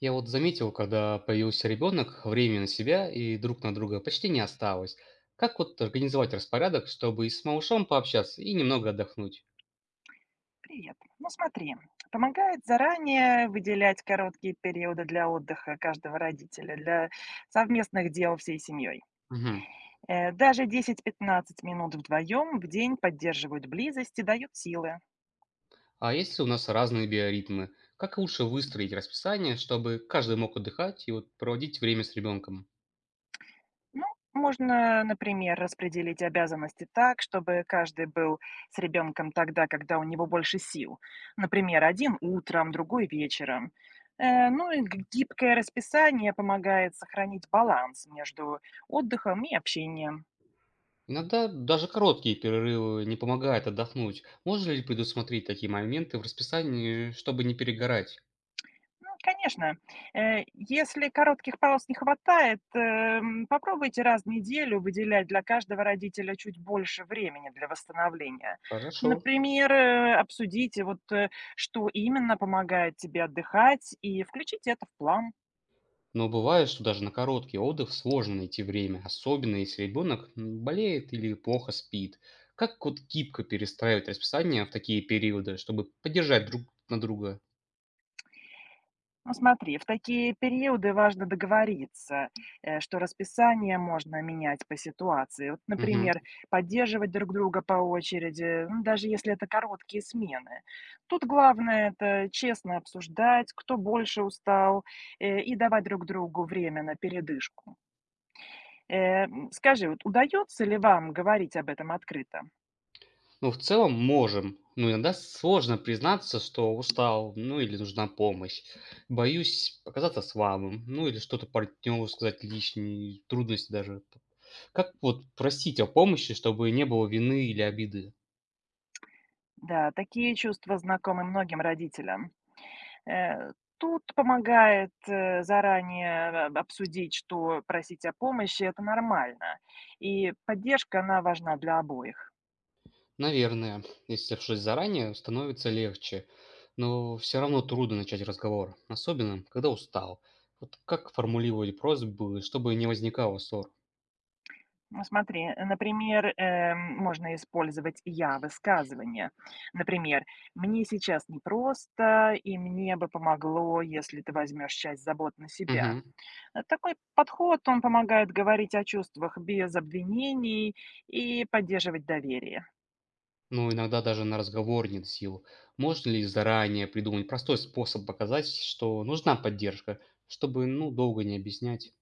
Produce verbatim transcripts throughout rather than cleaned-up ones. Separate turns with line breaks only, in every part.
Я вот заметил, когда появился ребенок, времени на себя и друг на друга почти не осталось. Как вот организовать распорядок, чтобы и с малышом пообщаться, и немного отдохнуть?
Привет. Ну смотри, помогает заранее выделять короткие периоды для отдыха каждого родителя, для совместных дел всей семьей.
Мгм.
Э, Даже десять пятнадцать минут вдвоем в день поддерживают близость и дают силы.
А если у нас разные биоритмы, как лучше выстроить расписание, чтобы каждый мог отдыхать и вот проводить время с ребенком?
Ну, можно, например, распределить обязанности так, чтобы каждый был с ребенком тогда, когда у него больше сил. Например, один утром, другой вечером. Э, Ну и г- гибкое расписание помогает сохранить баланс между отдыхом и общением.
Иногда даже короткие перерывы не помогают отдохнуть. Можно ли предусмотреть такие моменты в расписании, чтобы не перегорать?
Ну, конечно. Э, если коротких пауз не хватает, эм, попробуйте раз в неделю выделять для каждого родителя чуть больше времени для восстановления.
Хорошо.
Например, э, обсудите, вот, э, что именно помогает тебе отдыхать, и включите это в план.
Но бывает, что даже на короткий отдых сложно найти время, особенно если ребенок м, болеет или плохо спит. Как вот гибко перестраивать расписание в такие периоды, чтобы поддержать друг на друга?
Ну, смотри, в такие периоды важно договориться, э, что расписание можно менять по ситуации. Вот,
Мгм.
например, поддерживать друг друга по очереди, ну, даже если это короткие смены. Тут главное это честно обсуждать, кто больше устал, э, и давать друг другу время на передышку. Э, м, Скажи, вот удается ли вам говорить об этом открыто?
Ну, в целом можем, но иногда сложно признаться, что устал, ну или нужна помощь. Боюсь показаться слабым, ну или что-то партнеру сказать лишние трудности даже. Как вот просить о помощи, чтобы не было вины или обиды?
Да, такие чувства знакомы многим родителям. Э, Тут помогает, э, заранее об обсудить, что просить о помощи- это нормально, и поддержка, она важна для обоих.
Наверное, если решить заранее, становится легче, но все равно трудно начать разговор, особенно когда устал. Вот как формулировать просьбы, чтобы не возникало ссор?
Ну, смотри, э, например, эм, можно использовать "я"-высказывание. Например: "Мне сейчас непросто, и мне бы помогло, если ты возьмешь часть забот на себя".
Мгм.
Э, такой подход, он помогает говорить о чувствах без обвинений и поддерживать доверие.
Ну, иногда даже на разговор нет сил. Можно ли заранее придумать простой способ показать, что нужна поддержка, чтобы, ну, долго не объяснять?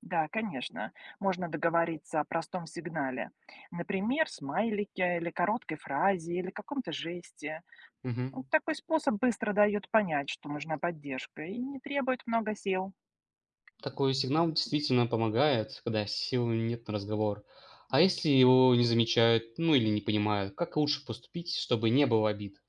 Да, конечно. Можно договориться о простом сигнале. Например, смайлике или короткой фразе, или каком-то жесте. Ну,
Мгм.
такой способ быстро дает понять, что нужна поддержка и не требует много сил.
Такой сигнал действительно помогает, когда сил нет на разговор. А если его не замечают, ну или не понимают, как лучше поступить, чтобы не было обид?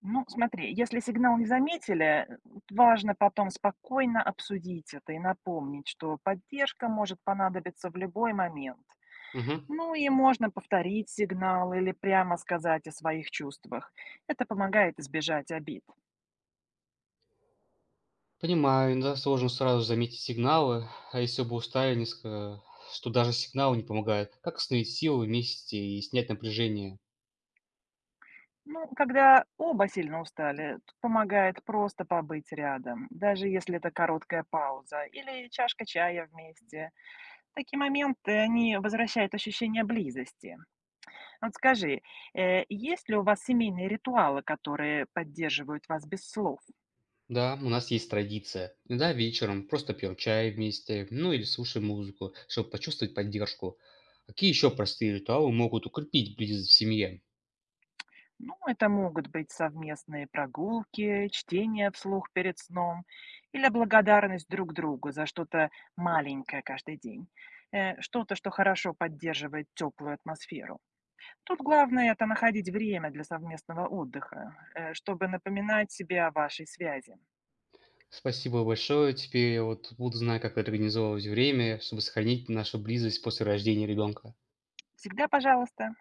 Ну, смотри, если сигнал не заметили, э, важно потом спокойно обсудить это и напомнить, что поддержка может понадобиться в любой момент.
Мгм.
Ну и можно повторить сигнал или прямо сказать о своих чувствах. Это помогает избежать обид.
Понимаю, иногда сложно сразу заметить сигналы, а если оба устали несколько, что даже сигналы не помогают. Как остановить силы вместе и снять напряжение?
Ну, когда оба сильно устали, тут помогает просто побыть рядом, даже если это короткая пауза или чашка чая вместе. Такие моменты, они возвращают ощущение близости. Вот скажи, э, есть ли у вас семейные ритуалы, которые поддерживают вас без слов?
Да, у нас есть традиция. Иногда вечером просто пьем чай вместе, ну или слушаем музыку, чтобы почувствовать поддержку. Какие еще простые ритуалы могут укрепить близость в семье?
Ну, это могут быть совместные прогулки, чтение вслух перед сном или благодарность друг другу за что-то маленькое каждый день. Э, что-то, что хорошо поддерживает теплую атмосферу. Тут главное- это находить время для совместного отдыха, э, чтобы напоминать себе о вашей связи.
Спасибо большое. Теперь я вот буду знать, как организовывать время, чтобы сохранить нашу близость после рождения ребенка.
Всегда пожалуйста.